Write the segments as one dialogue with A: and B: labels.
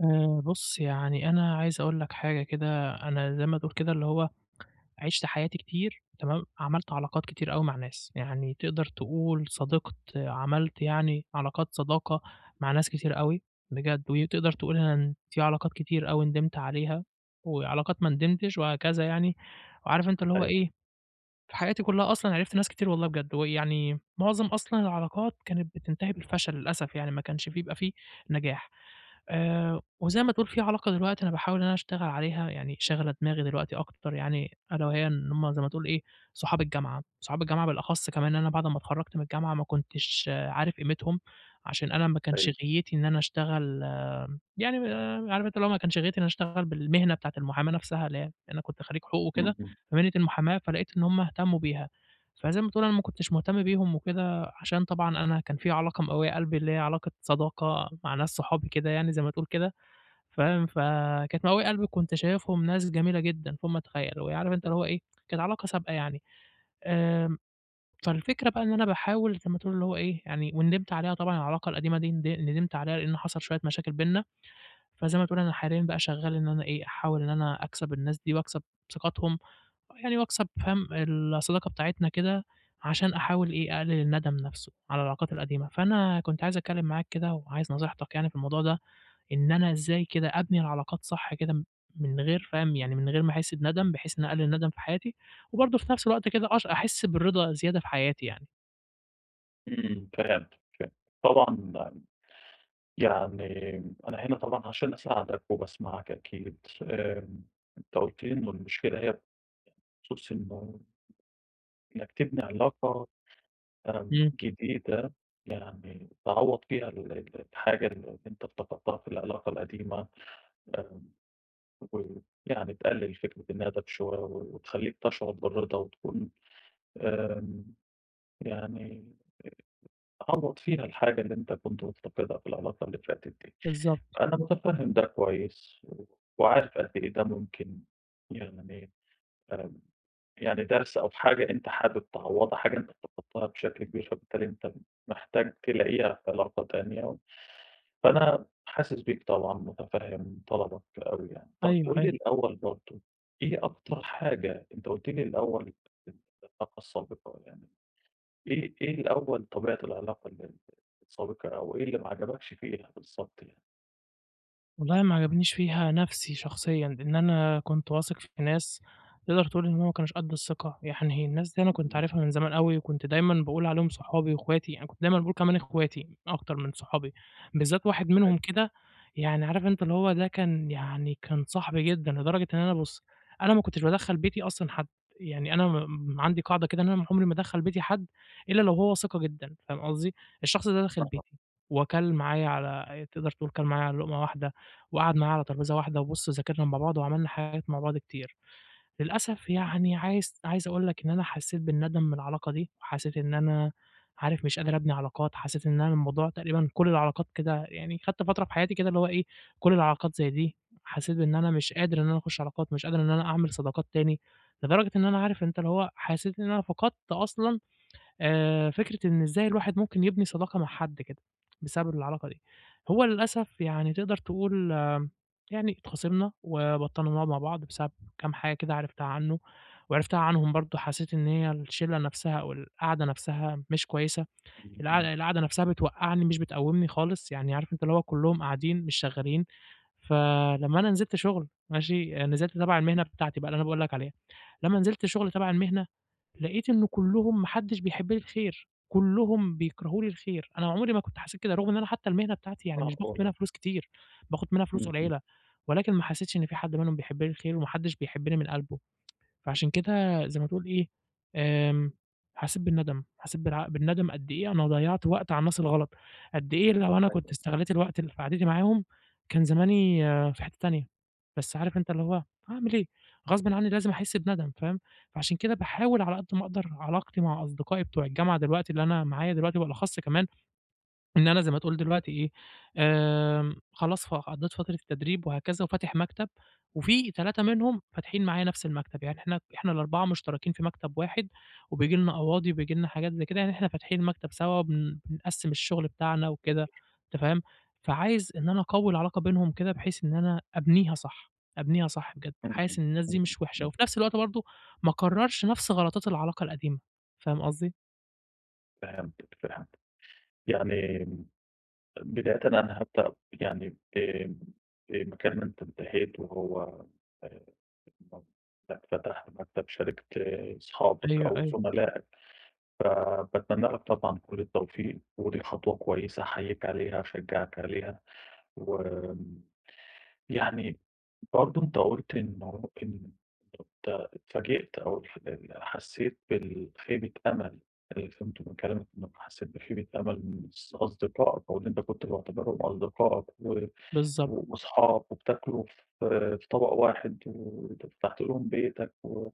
A: بُص، يعني أنا عايز أقول لك حاجة كده، أنا زي ما تقول كده اللي هو عِشت حياتي كتير تمام، عملت علاقات كتير أوي مع ناس، يعني تقدر تقول صادقت عملت يعني علاقات صداقة مع ناس كتير أوي بجد، وتقدر تقول أنا في علاقات كتير أوي ندمت عليها، وعلاقات ما ندمتش وهكذا يعني، وعارف أنت اللي هو
B: أيوه،
A: إيه، في حياتي كلّها أصلًا عرفت ناس كتير والله بجد، ويعني معظم أصلًا العلاقات كانت بتنتهي بالفشل للأسف يعني، ما كانش في بيبقى في نجاح. وزي ما تقول في علاقة دلوقتي أنا باحاول إن أنا أشتغل عليها، يعني شاغلة دماغي دلوقتي أكتر يعني ألا وهي إن هُم زي ما تقول إيه، صحاب الجامعة، صحاب الجامعة بالأخص كمان أنا بعد ما اتخرّجت من الجامعة ما كنتش عارف قيمتهم، عشان أنا ما كانش
B: أيوه،
A: غِيّتي إن أنا أشتغل يعني عارف أنت اللي هو ما كانش غايتي إن أنا أشتغل بالمهنة بتاعة المحاماة نفسها، اللي هي أنا كنت خريج حقوق وكده،
B: إمم، إمم،
A: فمهنة المحاماة فلقيت إن هم اهتموا بيها، فزي ما بتقول أنا ما كنتش مهتم بيهم وكده، عشان طبعًا أنا كان في علاقة مقوية قلبي، اللي هي علاقة صداقة مع ناس صحابي كده يعني زي ما تقول كده، فاهم، فكانت مقوية قلبي وكنت شايفهم ناس جميلة جدًا فوق ما تتخيل، وعارف أنت اللي
B: أيوه،
A: هو إيه، كانت علاقة سابقة يعني، آمم، فالفكرة بقى إن أنا باحاول زي ما تقول اللي هو إيه، يعني وندمت عليها طبعًا العلاقة القديمة دي ندمت عليها لأن حصل شوية مشاكل بيننا. فزي ما تقول أنا حاليًا بقى شغّال إن أنا إيه، أحاول إن أنا أكسب الناس دي وأكسب ثقتهم، يعني وأكسب فاهم، الصداقة بتاعتنا كده عشان أحاول إيه، أقلل الندم نَفْسه على العلاقات القديمة. فأنا كنت عايز أتكلّم معاك كده وعايز نصيحتك يعني في الموضوع ده، إن أنا إزاي كده أبني العلاقات صح كده من غير فاهم، يعني من غير ما أحس بندم، بحيث إن أقلل الندم في حياتي، وبرضه في نَفْس الوقت كده أحس بالرضا زيادة في حياتي يعني.
B: إمم، فهمتك، فهمتك. طبعًا، يعني أنا هنا طبعًا عشان أساعدك وباسمعك أكيد. أنت قُلت لي إنه المشكلة هي بخصوص إنه إنك تبني علاقة
A: إمم،
B: جديدة يعني تعوّض فيها ال الحاجة اللي أنت افتقدتها في العلاقة القديمة، آمم، ويعني تقلل فكرة الندم شوية وتخلّيك تشعر بالرضا وتكون، آمم، يعني تعوّض فيها الحاجة اللي أنت كنت مفتقدها في العلاقة اللي فاتت دي.
A: بالضبط.
B: أنا مُتفهِّم ده كويس، و وعارف قد إيه ده ممكن يعني، آمم، يعني درس أو حاجة أنت حابب تعوّضها، حاجة أنت افتقدتها بشكل كبير، فبالتالي أنت محتاج تلاقيها في علاقة تانية. فأنا حاسس بيك طبعًا، مُتفهِّم طلبك أوي يعني. طَب
A: أيوه،
B: قُل لي
A: أيوه.
B: الأول برضه، إيه أكتر حاجة أنت قُلت لي الأول، العلاقة السابقة يعني، إيه الأول طبيعة العلاقة ال السابقة، أو إيه اللي ما عجبكش فيها بالضبط يعني؟
A: والله ما عجبنيش فيها نَفْسي شخصيًا، لإن أنا كنت واثق في ناس تقدر تقول إن هُم ما كانوش قد الثقة، يعني الناس دي أنا كنت
B: إمم.
A: عارفها من زمان أوي، وكنت دايمًا باقول عليهم صحابي وأخواتي، يعني كنت دايمًا باقول كمان أخواتي أكتر من صحابي، بالذات واحد
B: أيوه.
A: منهم كده يعني عارف أنت اللي هو ده كان يعني كان صاحبي جدًا، لدرجة إن أنا بُص، أنا ما كنتش بادخّل بيتي أصلًا حد، يعني أنا م عندي قاعدة كده إن أنا عمري ما ادخّل بيتي حد إلا لو هو ثقة جدًا، فاهم قصدي؟ الشخص ده دخل بيتي
B: أها.
A: وكَل معايا على تقدر تقول كَل معايا على لقمة واحدة، وقعد معايا على ترابيزة واحدة وبُص ذاكرنا مع بعض وعملنا حاجات مع بعض كتير. للأسف يعني عايز أقول لك إن أنا حسّيت بالندم من العلاقة دي، وحسّيت إن أنا عارف مش قادر أبني علاقات، حسّيت إن أنا الموضوع تقريبًا كل العلاقات كده يعني خدت فترة في حياتي كده اللي هو إيه، كل العلاقات زي دي، حسّيت بإن أنا مش قادر إن أنا أخُش علاقات، مش قادر إن أنا أعمل صداقات تاني، لدرجة إن أنا عارف أنت اللي هو حسّيت إن أنا فقدت أصلًا فكرة إن إزاي الواحد ممكن يبني صداقة مع حد كده، بسبب العلاقة دي. هو للأسف يعني تقدر تقول يعني اتخاصمنا، وبطلنا نقعد مع بعض بسبب كام حاجة كده عرفتها عنه، وعرفتها عنهم برضه حسيت إن هي الشلة نفسها أو القعدة نفسها مش كويسة،
B: إمم،
A: القع
B: إمم.
A: القعدة نفسها بتوقّعني مش بتقوّمني خالص، يعني عارف أنت اللي هو كلّهم قاعدين مش شغّالين. فلمّا أنا نزلت شغل ماشي، نزلت تبع المهنة بتاعتي بقى اللي أنا باقول لك عليها، لمّا نزلت شغل تبع المهنة، لقيت إنه كلّهم ما حدّش بيحب لي الخير، كلّهم بيكرهوا لي الخير، أنا عمري ما كنت حسيت كده، رغم إن أنا حتى المهنة بتاعتي يعني
B: صح
A: مش باخد منها
B: والّا
A: فلوس كتير، باخد منها فلوس
B: إمم، إمم.
A: قليّلة، ولكن ما حسيتش إن في حد منهم بيحب لي الخير وما حدّش بيحبني من قلبه. فعشان كده زي ما تقول إيه، آمم، حسّيت بالندم، حسّيت بالندم قد إيه أنا ضيّعت وقت على الناس الغلط، قد إيه لو أنا كنت
B: أيوه.
A: استغليت الوقت اللي في قعدتي معاهم كان زماني آه، في حتّة تانية، بس عارف أنت اللي هو هاعمل إيه، غصبٍ عنّي لازم أحس بندم فاهم، فعشان كده باحاول على قد ما أقدر علاقتي مع أصدقائي بتوع الجامعة دلوقتي اللي أنا معايا دلوقتي وبالأخص كمان إن أنا زي ما تقول دلوقتي إيه، خلاص ف قضّيت فترة التدريب وهكذا وفاتح مكتب، وفي 3 منهم فاتحين معايا نفس المكتب، يعني إحنا ال4 مشتركين في مكتب واحد، وبييجي لنا قواضي وبييجي لنا حاجات زي كده، يعني إحنا فاتحين المكتب سوا وبن بنقسّم الشغل بتاعنا وكده، أنت فاهم؟ فعايز إن أنا أقوّي العلاقة بينهم كده بحيث إن أنا أبنيها صح، أبنيها صح بجد،
B: إمم،
A: حاسس
B: إمم،
A: إن الناس دي
B: إمم،
A: مش وحشة،
B: إمم.
A: وفي نفس الوقت برضه ما أكرّرش نفس غلطات العلاقة القديمة، فاهم قصدي؟
B: فهمتِك، فهمتِك. يعني بدايةً أنا هابدأ يعني آمم، مكان ما أنت انتهيت، وهو آآ م إنك فتحت مكتب شركة أصحابك
A: أيوه،
B: أو
A: أيوه،
B: زملائك، فباتمنى لك طبعًا كل التوفيق، ودي خطوة كويسة أحييك عليها، أشجعك عليها، وآمم يعني برضه أنت قُلت إنه أنت اتفاجئت أو ح ال حسّيت بالخيبة أمل. اللي فهمته من كلامك إنك حسّيت بخيبة أمل من أصدقائك، أو اللي أنت كنت معتبرهم أصدقائك
A: بالضبط،
B: وأصحاب، وبتاكلوا في طبق واحد، وفتحت لهم بيتك، و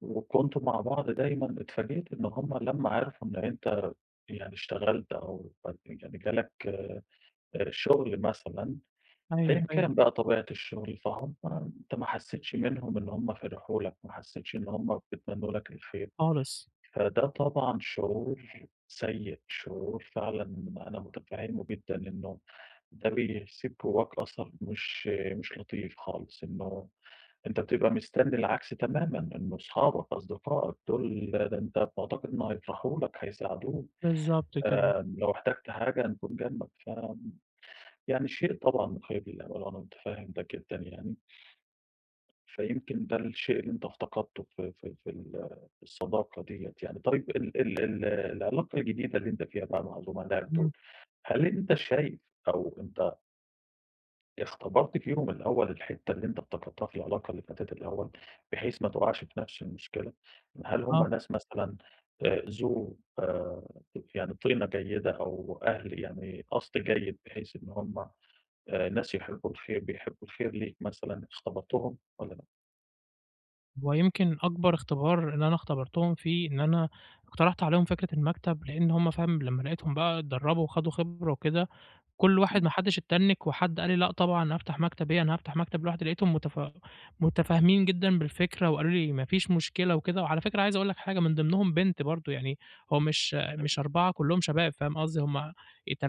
B: وكنتم مع بعض دايمًا. اتفاجئت إن هم لمّا عرفوا إن أنت يعني اشتغلت، أو يعني جالك آه، آه، شغل مثلًا،
A: أيوه،
B: أيًا
A: أيوه،
B: كان بقى طبيعة الشغل، فهُم أنت ما حسّيتش منهم إن هُم فرحوا لك، ما حسّيتش إن هُم بيتمنّوا لك الخير.
A: خالص.
B: فده طبعًا شعور سيء، شعور فعلًا أنا متفهّمه جدًا. إنه ده بيسيب جواك أثر مش لطيف خالص، إنه أنت بتبقى مستني العكس تمامًا، إنه أصحابك، أصدقائك دول ده أنت بتعتقد إنه هيفرحوا لك، هيساعدوك،
A: بالضبط كده،
B: لو احتجت حاجة هنكون جنبك. ف يعني شيء طبعًا مخيّب للآمال، وأنا متفهّم ده جدًا يعني. فيمكن ده الشيء اللي أنت افتقدته في في الصداقة ديّة يعني. طيب ال ال ال العلاقة الجديدة اللي أنت فيها بقى مع زملائك
A: إمم،
B: دول، هل أنت شايف، أو أنت اختبرت فيهم الأول الحتّة اللي أنت افتقدتها في العلاقة اللي فاتت الأول، بحيث ما تقعش في نفس المشكلة؟ هل
A: آه،
B: هم ناس مثلًا ذو يعني طينة جيدة، أو أهل يعني قصد جيد، بحيث إن هم ناس يحبوا الخير، بيحبوا الخير ليك مثلًا، اختبرتهم والّا لأ؟
A: هو يمكن أكبر اختبار إن أنا اختبرتهم فيه إن أنا اقترحت عليهم فكرة المكتب، لإن هُم فاهم لمّا لقيتهم بقى اتدربوا وخدوا خبرة وكده كل واحد ما
B: إمم.
A: حدّش اتّنِّك، وحد قال لي: "لأ طبعًا أنا هافتح مكتب إيه، أنا هافتح مكتب لوحدي." لقيتهم متفاهمين جدًا بالفكرة وقالوا لي: "ما فيش مشكلة." وكده، وعلى فكرة عايز أقول لك حاجة، من ضمنهم بنت برضه، يعني هو مش 4 كلّهم شباب فاهم قصدي، هم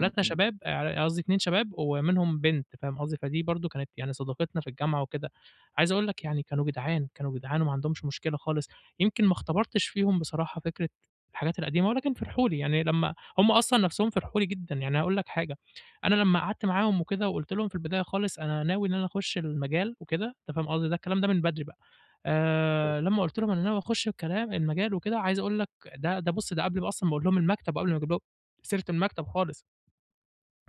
B: إمم، إمم،
A: شباب قصدي 2 شباب ومنهم بنت فاهم قصدي، فدي برضه كانت يعني صداقتنا في الجامعة وكده. عايز أقول لك يعني كانوا جدعان، كانوا جدعان وما عندهمش مشكلة خالص، يمكن ما اختبرتش فيهم بصراحة فكرة الحاجات القديمة، ولكن فرحوا لي، يعني لمّا هم أصلًا نَفْسهم فرحوا لي جدًا، يعني هاقول لك حاجة أنا لمّا قعدت معاهم وكده وقُلت لهم في البداية خالص أنا ناوي إن أنا أخُش المجال وكده، أنت فاهم قصدي، ده الكلام ده من بدري بقى،
B: طيب
A: لمّا قُلت لهم أنا ناوي أخُش المجال وكده، عايز أقول لك ده بُص ده قبل ما أصلًا ما أقول لهم المكتب وقبل ما أجيب لهم سيرة المكتب خالص.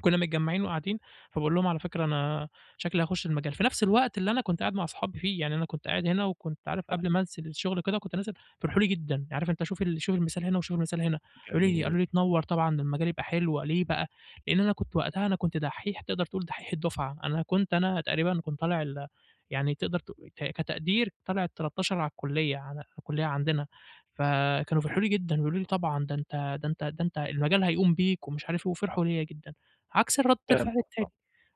A: كنا متجمّعين وقاعدين، فباقول لهم على فكرة أنا شكلي هاخُش المجال، في نفس الوقت اللي أنا كنت قاعد مع أصحابي فيه، يعني أنا كنت قاعد هنا وكنت عارف قبل ما أنزل الشغل كده كنت نازل فرحوا لي جدًا، عارف أنت شوف المثال هنا وشوف المثال هنا، قالوا لي
B: يعني
A: قالوا لي تنوّر طبعًا ده المجال يبقى حلو، ليه بقى؟ لإن أنا كنت وقتها أنا كنت دحّيح تقدر تقول دحّيح الدفعة، أنا كنت أنا تقريبًا كنت طالع ال يعني تقدر ت ك كتقدير طالع ال13 على الكلية عندنا، فكانوا فرحوا لي جدًا، بيقولوا لي طبعًا ده أنت المجال هيقوم بيك ومش عارف إيه، وفرحوا ليّا جدًا. عكس الرَد الفعل
B: فهمتك آه،
A: التاني،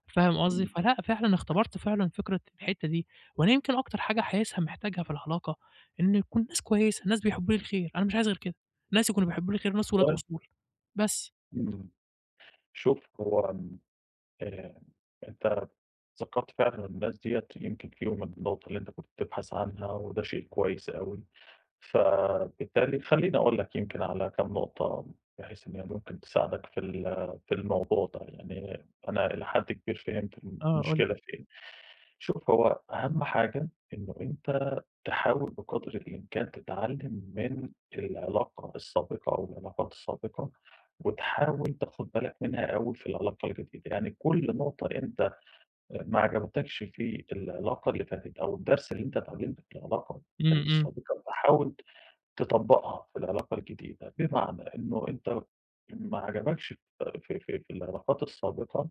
A: فاهم قصدي؟
B: إمم،
A: فلأ فعلًا اختبرت فعلًا فكرة الحتّة دي، وأنا يمكن أكتر حاجة حاسسها محتاجها في العلاقة إن يكون ناس كويسة، ناس بيحبّوا لي الخير، أنا مش عايز غير كده، ناس يكونوا بيحبّوا لي الخير، ناس ولاد
B: والله
A: أصول بس.
B: إمم، شوف هو آمم، آآ، أنت ذكّرت فعلًا الناس ديّة يمكن فيهم النقطة اللي أنت كنت بتبحث عنها، وده شيء كويس أوي. فبالتالي خلّيني أقول لك يمكن على كام نقطة بحيث إن هي ممكن تساعدك في في الموضوع ده. يعني أنا إلى حد كبير فهمت
A: آه قُل لي.
B: المشكلة فين. شوف هو أهم حاجة إنه أنت تحاول بقدر الإمكان تتعلّم من العلاقة السابقة أو العلاقات السابقة، وتحاول تاخد بالك منها أوي في العلاقة الجديدة. يعني كل نقطة أنت ما عجبتكش في العلاقة اللي فاتت، أو الدرس اللي أنت اتعلمته في العلاقة
A: إمم، إمم،
B: السابقة، فحاول تطبّقها في العلاقة الجديدة، بمعنى إنه أنت ما عجبكش في العلاقات السابقة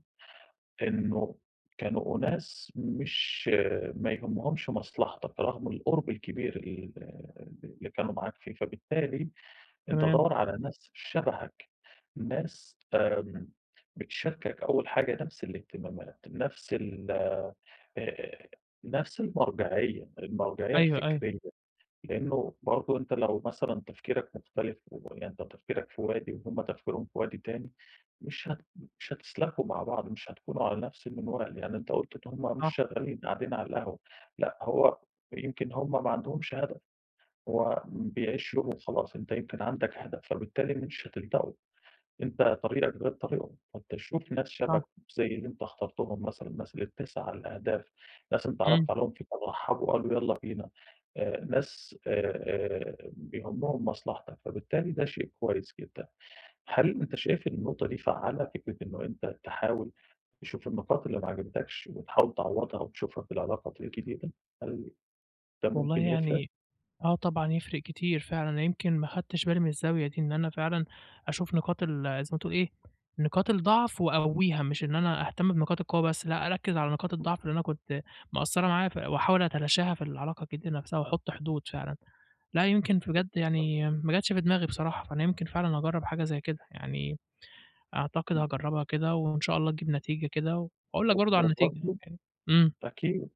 B: إنه كانوا أناس مش ما يهمهمش مصلحتك رغم القُرب الكبير اللي كانوا معاك فيه. فبالتالي أنت
A: تمام.
B: دَوّر على ناس شبهك، ناس بتشاركك أول حاجة نفس الاهتمامات، نفس ال آآ نفس المرجعية، المرجعية
A: أيوه، أيوه،
B: الفكرية. لأنه برضه أنت لو مثلًا تفكيرك مختلف، ويعني أنت تفكيرك في وادي وهُم تفكيرهم في وادي تاني، مش هت مش هتسلكوا مع بعض، مش هتكونوا على نفس المنوال. يعني أنت قُلت إن هُم مش
A: صح،
B: شغالين قاعدين على القهوة، لأ هو يمكن هُم ما عندهمش هدف، هو بيعيشوا يومهم وخلاص، أنت يمكن عندك هدف، فبالتالي مش هتلتقوا. أنت طريقك غير طريقهم، فأنت شوف ناس
A: صح،
B: شبهك زي اللي أنت اخترتهم مثلًا، الناس اللي بتسعى لأهداف، ناس أنت
A: إمم،
B: عرضت عليهم فكرة رحّبوا وقالوا يالّا بينا، ناس بيهمّهم مصلحتك، فبالتالي ده شيء كويس جدًا. هل أنت شايف إن النقطة دي فعّالة، فكرة إنه أنت تحاول تشوف النقاط اللي ما عجبتكش وتحاول تعوّضها وتشوفها في العلاقة الجديدة؟ هل ده
A: والله
B: ممكن يفرق؟
A: يعني آه طبعًا يفرق كتير فعلًا، أنا يمكن ما خدتش بالي من الزاوية دي، إن أنا فعلًا أشوف نقاط ال زي ما تقول إيه، نقاط الضعف وأقويها، مش إن أنا أهتم بنقاط القوة بس، لأ أركّز على نقاط الضعف اللي أنا كنت مقصّرة معاها ف وأحاول أتلاشاها في العلاقة كده نفسها وأحط حدود فعلًا. لأ يمكن بجد يعني ما جاتش في دماغي بصراحة، فأنا يمكن فعلًا أجرّب حاجة زي كده، يعني أعتقد هاجرّبها كده وإن شاء الله تجيب نتيجة كده، وأقول
B: و
A: لك برضه على النتيجة
B: وبرضه
A: يعني. إمم،
B: أكيد.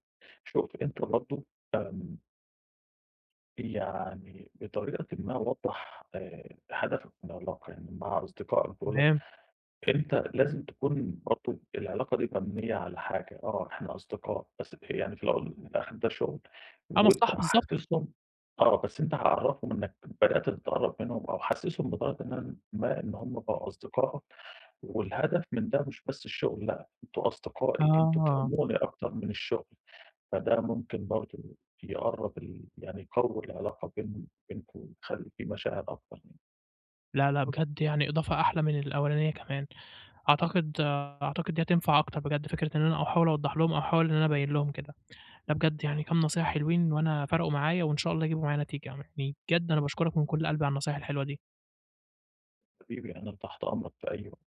B: شوف أنت برضه آمم يعني بطريقةٍ ما وضّح هدفك من العلاقة، يعني مع أصدقائك دُولة
A: تمام.
B: أنت لازم تكون برضه العلاقة دي مبنية على حاجة. آه إحنا أصدقاء، بس يعني في الأول وفي الآخر ده شغل،
A: آه
B: وأنت
A: مصلحة بالضبط.
B: حسّسهم آه، بس أنت عرّفهم إنك بدأت تتقرّب منهم، أو حسّسهم بطريقةٍ إن ما إن هم بقوا أصدقائك، والهدف من ده مش بس الشغل لأ، أنتم أصدقائي، أنتم
A: آه.
B: بتهموني أكتر من الشغل. فده ممكن برضه يقرّب ال يعني يقوّي العلاقة بينكم ويخلّي في مشاعر أكتر يعني.
A: لا، لأ بجد يعني إضافة أحلى من الأولانية كمان، أعتقد أعتقد دي هتنفع أكتر بجد، فكرة إن أنا أحاول أوضّح لهم أو أحاول إن أنا أبيّن لهم كده. لأ بجد يعني كام نصيحة حلوين وأنا فَرَقوا معايا وإن شاء الله يجيبوا معايا نتيجة، يعني بجد أنا باشكرك من كل قلبي على النصايح الحلوة دي.
B: حبيبي أنا تحت أمرك في أي وقت.